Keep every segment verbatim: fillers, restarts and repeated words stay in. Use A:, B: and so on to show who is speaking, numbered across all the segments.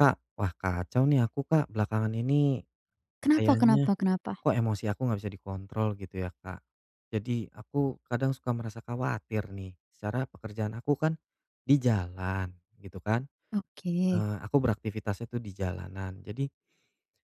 A: Kak, wah kacau nih aku Kak, belakangan ini
B: Kenapa,
A: kayaknya
B: kenapa, kenapa?
A: kok emosi aku nggak bisa dikontrol gitu ya Kak. Jadi aku kadang suka merasa khawatir nih, secara pekerjaan aku kan di jalan gitu kan,
B: Oke
A: eee, aku beraktivitasnya tuh di jalanan. Jadi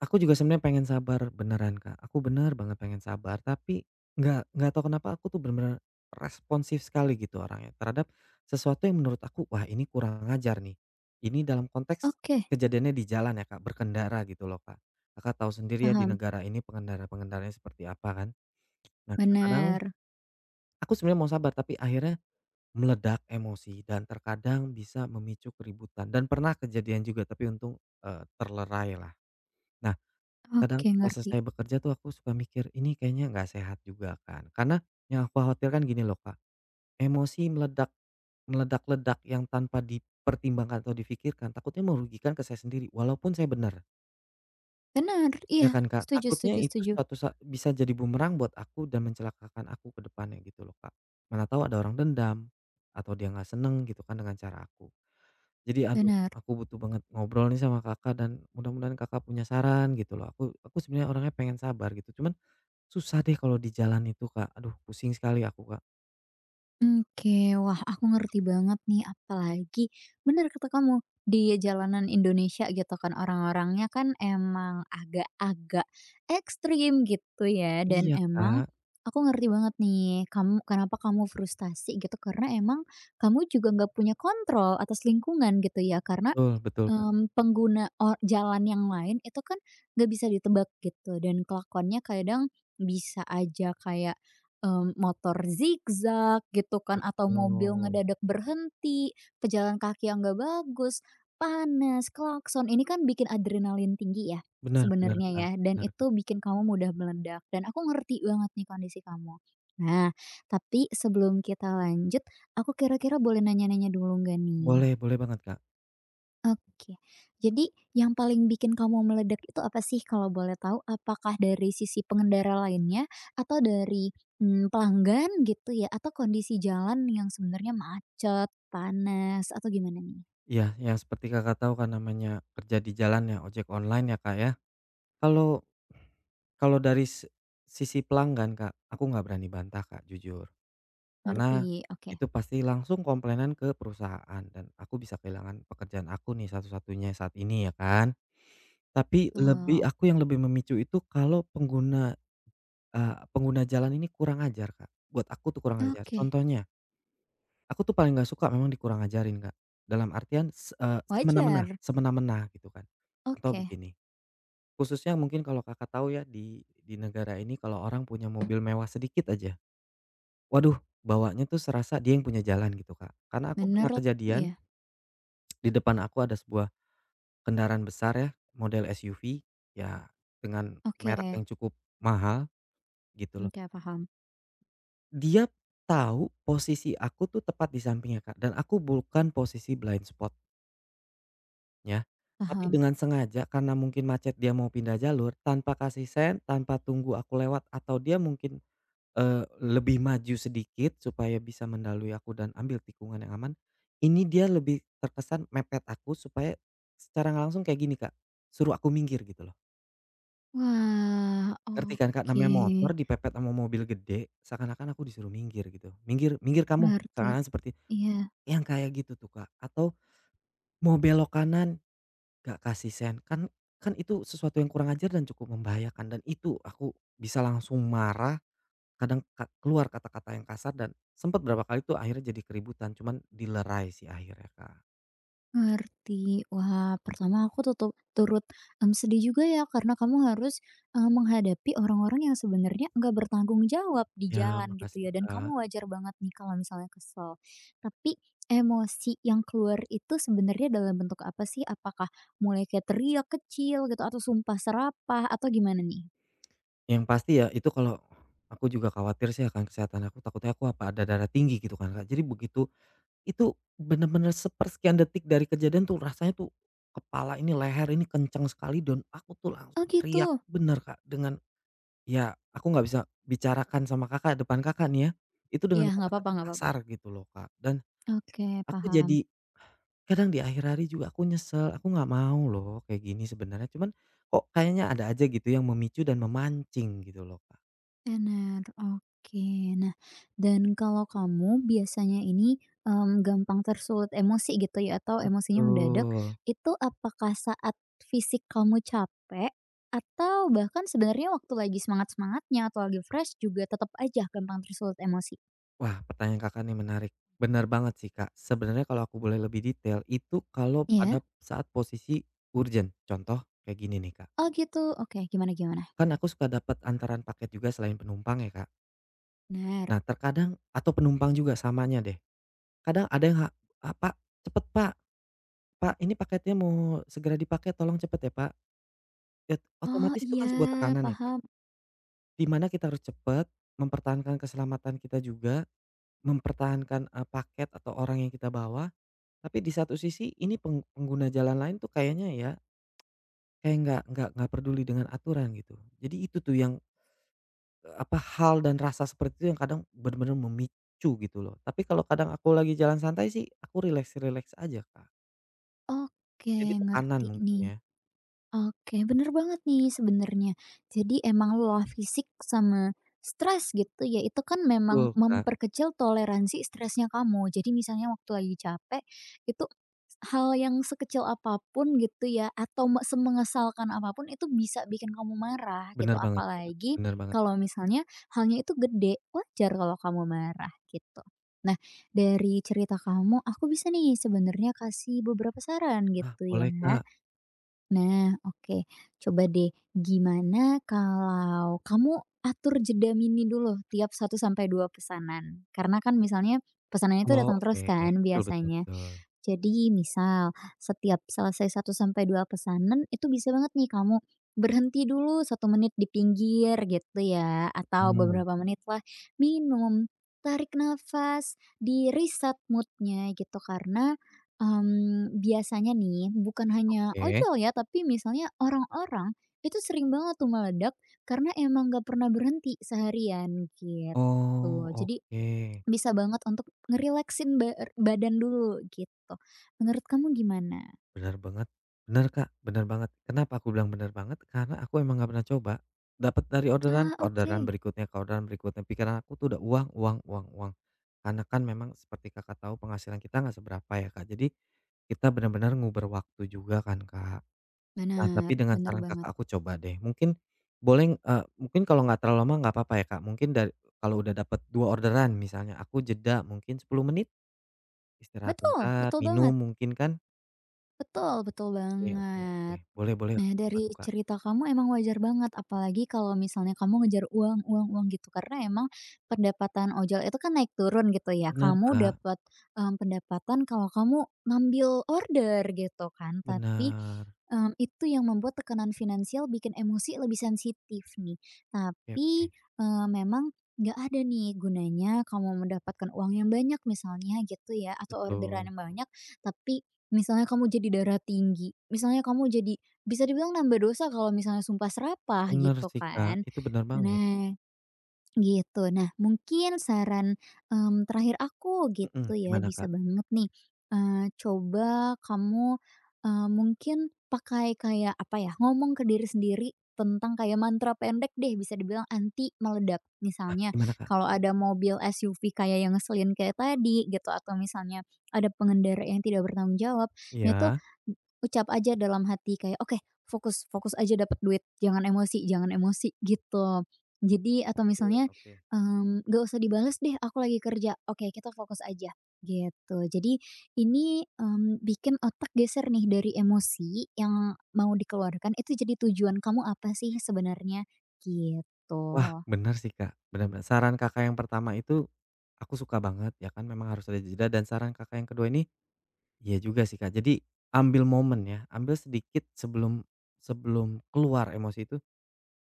A: aku juga sebenarnya pengen sabar beneran, Kak. Aku bener banget pengen sabar, tapi nggak nggak tahu kenapa aku tuh bener-bener responsif sekali gitu orangnya terhadap sesuatu yang menurut aku, wah ini kurang ajar nih. Ini dalam konteks
B: oke,
A: kejadiannya di jalan ya, Kak, berkendara gitu loh, Kak. Kakak tahu sendiri ya di
B: paham,
A: negara ini pengendara-pengendaranya seperti apa kan. Nah, kadang-kadang
B: benar
A: aku sebenarnya mau sabar tapi akhirnya meledak emosi dan terkadang bisa memicu keributan dan pernah kejadian juga tapi untung, eh, terlerai lah. Nah, kadang
B: oke
A: pas
B: ngerti,
A: saya bekerja tuh aku suka mikir, ini kayaknya nggak sehat juga kan. Karena yang aku khawatirkan gini loh Kak, emosi meledak meledak-ledak yang tanpa dipertimbangkan atau difikirkan, takutnya merugikan ke saya sendiri walaupun saya benar,
B: benar
A: ya
B: iya,
A: kan Kak?
B: setuju
A: Takutnya
B: setuju
A: itu
B: setuju,
A: suatu saat bisa jadi bumerang buat aku dan mencelakakan aku ke depannya gitu loh Kak. Mana tahu ada orang dendam, atau dia nggak seneng gitu kan dengan cara aku. Jadi aduh
B: benar
A: aku butuh banget ngobrol nih sama Kakak dan mudah-mudahan Kakak punya saran gitu loh. Aku aku sebenarnya orangnya pengen sabar gitu, cuman susah deh kalau di jalan itu, Kak. Aduh pusing sekali aku, Kak.
B: oke, wah aku ngerti banget nih apalagi benar kata kamu, di jalanan Indonesia gitu kan orang-orangnya kan emang agak-agak ekstrim gitu ya dan
A: Iya,
B: emang
A: Kak.
B: aku ngerti banget nih kamu kenapa kamu frustasi gitu karena emang kamu juga nggak punya kontrol atas lingkungan gitu ya karena
A: Betul, betul, Kak.
B: Mmm, pengguna o jalan yang lain itu kan nggak bisa ditebak gitu dan kelakuannya kadang bisa aja kayak, mmm, motor zigzag gitu kan atau mobil
A: Betul.
B: ngedadak berhenti, pejalan kaki yang nggak bagus, panas, klakson, ini kan bikin adrenalin tinggi ya
A: Benar, benar,
B: sebenarnya
A: Kak.
B: ya dan
A: Benar, Kak.
B: itu bikin kamu mudah meledak dan aku ngerti banget nih kondisi kamu. Nah, tapi sebelum kita lanjut, aku kira-kira boleh nanya-nanya dulu nggak nih?
A: Boleh, boleh banget, Kak.
B: Oke. Jadi yang paling bikin kamu meledak itu apa sih kalau boleh tahu? Apakah dari sisi pengendara lainnya atau dari, mmm, pelanggan gitu ya? Atau kondisi jalan yang sebenarnya macet, panas, atau gimana nih?
A: Iya, yang seperti Kakak tahu kan namanya kerja di jalan ya, ojek online ya, Kak, ya. Kalau kalau dari si sisi pelanggan, Kak, aku nggak berani bantah, Kak, jujur. Karena
B: Ngerti, oke.
A: itu pasti langsung komplainan ke perusahaan dan aku bisa kehilangan pekerjaan aku nih satu-satunya saat ini ya kan. Tapi lebih
B: Oh,
A: aku yang lebih memicu itu kalau pengguna Eee, pengguna jalan ini kurang ajar, Kak. Buat aku tuh kurang ajar.
B: oke.
A: Contohnya, aku tuh paling nggak suka memang dikurang ajarin, Kak. Dalam artian se eee, semena-mena
B: Wajar,
A: semena-mena gitu kan. Contoh
B: oke.
A: begini, khususnya mungkin kalau Kakak tahu ya di di negara ini kalau orang punya mobil mewah sedikit aja, waduh bawanya tuh serasa dia yang punya jalan gitu, Kak. Karena aku
B: Bener
A: pernah
B: lagi
A: kejadian
B: ya?
A: di depan aku ada sebuah kendaraan besar ya, model S U V, ya dengan
B: Oke.
A: merek yang cukup mahal gitu loh.
B: Oke, paham
A: Dia tahu posisi aku tuh tepat di sampingnya, Kak, dan aku bukan posisi blind spot-nya, tapi
B: paham.
A: dengan sengaja karena mungkin macet dia mau pindah jalur, tanpa kasih sen, tanpa tunggu aku lewat atau dia mungkin, eee, lebih maju sedikit supaya bisa mendalui aku dan ambil tikungan yang aman, ini dia lebih terkesan mepet aku supaya secara nggak langsung kayak gini, Kak, suruh aku minggir gitu loh.
B: Wah,
A: Ngerti kan, Kak,
B: oke.
A: namanya motor dipepet sama mobil gede seakan-akan aku disuruh minggir gitu, "Minggir, minggir kamu!"
B: Ngerti.
A: Seakan-akan seperti
B: Iya.
A: yang kayak gitu tuh, Kak, atau mau belok kanan gak kasih sen, kan kan itu sesuatu yang kurang ajar dan cukup membahayakan dan itu aku bisa langsung marah, kadang ka keluar kata-kata yang kasar dan sempat berapa kali tuh akhirnya jadi keributan, cuman dilerai sih akhirnya, Kak.
B: Ngerti. Wah, pertama aku tutup turut, mmm, sedih juga ya karena kamu harus, eee, menghadapi orang-orang yang sebenarnya nggak bertanggung jawab di
A: Ya
B: jalan gitu
A: makasih,
B: ya dan
A: Kak.
B: kamu wajar banget nih kalau misalnya kesel. Tapi emosi yang keluar itu sebenarnya dalam bentuk apa sih? Apakah mulai kayak teriak kecil gitu atau sumpah serapah atau gimana nih?
A: Yang pasti ya itu kalau aku juga khawatir sih akan kesehatan aku, takutnya aku apa ada darah tinggi gitu kan, Kak. Jadi begitu itu bener-bener sepersekian detik dari kejadian tuh rasanya tuh kepala ini, leher ini kencang sekali dan aku tuh
B: Oh
A: langsung teriak
B: gitu?
A: bener, Kak, dengan ya aku nggak bisa bicarakan sama Kakak, depan Kakak nih ya, itu dengan
B: Iya, nggak apa-apa
A: kata-kata
B: nggak apa-apa.
A: kasar gitu loh, Kak. Dan
B: Oke,
A: aku jadi
B: paham.
A: kadang di akhir hari juga aku nyesel, aku nggak mau loh kayak gini sebenarnya, cuman kok kayaknya ada aja gitu yang memicu dan memancing gitu loh, Kak.
B: Bener, oke. Nah, dan kalau kamu biasanya ini, mmm, gampang tersulut emosi gitu ya atau emosinya mendadak,
A: Betul.
B: itu apakah saat fisik kamu capek atau bahkan sebenarnya waktu lagi semangat-semangatnya atau lagi fresh juga tetap aja gampang tersulut emosi?
A: Wah, pertanyaan Kakak nih menarik. Benar banget sih, Kak. Sebenarnya kalau aku boleh lebih detail, itu kalau
B: Iya.
A: pada saat posisi urgent. Contoh kayak gini nih, Kak.
B: Oh gitu, oke, gimana gimana?
A: Kan aku suka dapat antaran paket juga selain penumpang ya, Kak.
B: Bener.
A: Nah, terkadang atau penumpang juga samanya deh. Kadang ada yang, ha "Ah, Pak, cepet Pak, Pak, ini paketnya mau segera dipakai, tolong cepet ya, Pak." Ya,
B: Oh
A: otomatis itu
B: iya,
A: kan sebuah tekanan ya, Kak.
B: paham.
A: Dimana kita harus cepet, mempertahankan keselamatan kita juga, mempertahankan, eee, paket atau orang yang kita bawa, tapi di satu sisi ini peng pengguna jalan lain tuh kayaknya ya, kayak nggak nggak nggak peduli dengan aturan gitu. Jadi itu tuh yang, eee, apa, hal dan rasa seperti itu yang kadang benar-benar memicu gitu loh. Tapi kalau kadang aku lagi jalan santai sih aku relax-relax aja, Kak.
B: Oke,
A: Jadi tekanan
B: ngerti
A: mungkin
B: nih.
A: ya.
B: Oke, bener banget nih sebenarnya. Jadi emang lelah fisik sama stres gitu ya, itu kan memang
A: Betul, Kak.
B: memperkecil toleransi stresnya kamu. Jadi misalnya waktu lagi capek, itu hal yang sekecil apapun gitu ya, atau me- semengesalkan apapun itu bisa bikin kamu marah gitu.
A: Benar banget,
B: Apalagi
A: benar banget,
B: kalau
A: Kak.
B: misalnya halnya itu gede, wajar kalau kamu marah gitu. Nah, dari cerita kamu, aku bisa nih sebenarnya kasih beberapa saran
A: Ah,
B: gitu ya.
A: boleh, Kak.
B: Nah, oke. Coba deh, gimana kalau kamu atur jeda mini dulu tiap satu sampai dua pesanan? Karena kan misalnya pesanannya itu
A: Oh,
B: datang terus
A: oke.
B: kan
A: Betul, betul,
B: biasanya.
A: betul.
B: Jadi misal setiap selesai satu sampai dua pesanan itu bisa banget nih kamu berhenti dulu satu menit di pinggir gitu ya, atau
A: Mmm,
B: beberapa menit lah minum, tarik nafas, di-reset mood gitu karena, mmm, biasanya nih bukan hanya
A: oke.
B: ojol ya, tapi misalnya orang-orang itu sering banget tuh meledak karena emang gak pernah berhenti seharian
A: Oh,
B: gitu. Jadi
A: oke.
B: bisa banget untuk ngerileksin bar badan dulu gitu. Menurut kamu gimana?
A: Benar banget. Benar Kak, benar banget. Kenapa aku bilang benar banget, karena aku emang nggak pernah coba. Dapat dari orderan
B: Ah,
A: ke
B: oke.
A: orderan berikutnya, ke orderan berikutnya, pikiran aku tuh udah uang, uang, uang, uang. Karena kan memang seperti Kakak tahu penghasilan kita nggak seberapa ya, Kak, jadi kita benar-benar nguber waktu juga kan, Kak. Nah, tapi
B: Benar
A: dengan
B: benar
A: saran
B: banget.
A: Kakak aku coba deh, mungkin boleh, eee, mungkin kalau nggak terlalu lama nggak apa-apa ya, Kak, mungkin dari kalau udah dapat dua orderan misalnya, aku jeda mungkin sepuluh menit, istirahat
B: Betul
A: bentar,
B: betul
A: minum
B: banget,
A: mungkin kan,
B: betul betul
A: oke, oke, oke.
B: banget.
A: Boleh, boleh
B: Nah,
A: aku coba
B: dari
A: tuh, Kak.
B: cerita kamu emang wajar banget, apalagi kalau misalnya kamu ngejar uang uang uang gitu, karena emang pendapatan ojol itu kan naik turun gitu ya.
A: Bener,
B: Kamu
A: Kak,
B: dapat, mmm, pendapatan kalau kamu ngambil order gitu kan, tapi,
A: bener.
B: mmm, itu yang membuat tekanan finansial bikin emosi lebih sensitif nih.
A: Oke, oke.
B: Tapi, eee, memang nggak ada nih gunanya kamu mendapatkan uang yang banyak misalnya gitu ya, atau orderan
A: Betul.
B: yang banyak, tapi misalnya kamu jadi darah tinggi, misalnya kamu jadi bisa dibilang nambah dosa kalau misalnya sumpah serapah
A: Bener
B: gitu
A: sih, Kak,
B: kan.
A: itu bener banget.
B: Nah, gitu. Nah, mungkin saran, mmm, terakhir aku
A: Mhm,
B: gitu ya,
A: gimana,
B: bisa
A: Kak?
B: banget nih, eee, coba kamu, eee, mungkin pakai kayak apa ya, ngomong ke diri sendiri tentang kayak mantra pendek deh, bisa dibilang anti meledak.
A: Ah,
B: Misalnya,
A: gimana, Kak?
B: kalau ada mobil S U V kayak yang ngeselin kayak tadi gitu, atau misalnya ada pengendara yang tidak bertanggung jawab, nah itu
A: Iya?
B: ucap aja dalam hati kayak, "Oke, fokus fokus aja dapat duit, jangan emosi jangan emosi," gitu. Jadi atau
A: Oke,
B: misalnya
A: oke.
B: Mmm, "Nggak usah dibales deh, aku lagi kerja. Oke, kita fokus aja." Gitu. Jadi ini, mmm, bikin otak geser nih dari emosi yang mau dikeluarkan itu jadi tujuan kamu apa sih sebenarnya,
A: Wah,
B: gitu.
A: bener sih, Kak, bener, bener. Saran Kakak yang pertama itu aku suka banget, ya kan memang harus ada jeda dan saran Kakak yang kedua ini iya juga sih, Kak. Jadi ambil momen ya, ambil sedikit sebelum sebelum keluar emosi itu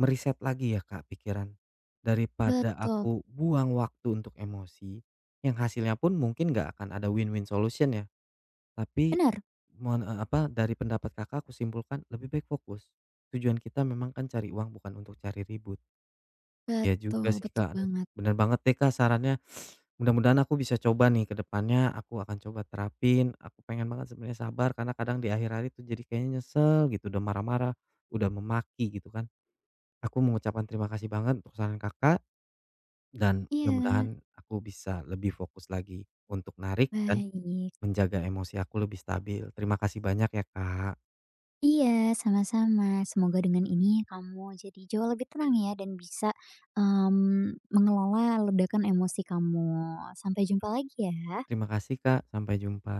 A: meriset lagi ya, Kak, pikiran. Daripada
B: Betul.
A: aku buang waktu untuk emosi, yang hasilnya pun mungkin nggak akan ada win-win solution ya, tapi
B: Benar?
A: mon eee, apa, dari pendapat Kakak aku simpulkan lebih baik fokus. Tujuan kita memang kan cari uang bukan untuk cari ribut. Ya juga
B: Betul
A: sih,
B: betul
A: Kak, aduh,
B: banget.
A: bener banget deh, Kak, sarannya. Mudah-mudahan aku bisa coba nih ke depannya, aku akan coba terapin. Aku pengen banget sebenarnya sabar karena kadang di akhir hari tuh jadi kayaknya nyesel gitu, udah marah-marah, udah memaki gitu kan. Aku mengucapkan terima kasih banget untuk saran Kakak, dan
B: Iya.
A: mudah-mudahan aku bisa lebih fokus lagi untuk narik dan
B: Baik.
A: menjaga emosi aku lebih stabil. Terima kasih banyak ya Kak.
B: Iya, sama-sama. Semoga dengan ini kamu jadi jauh lebih tenang ya dan bisa, mmm, mengelola ledakan emosi kamu. Sampai jumpa lagi ya.
A: Terima kasih Kak, sampai jumpa.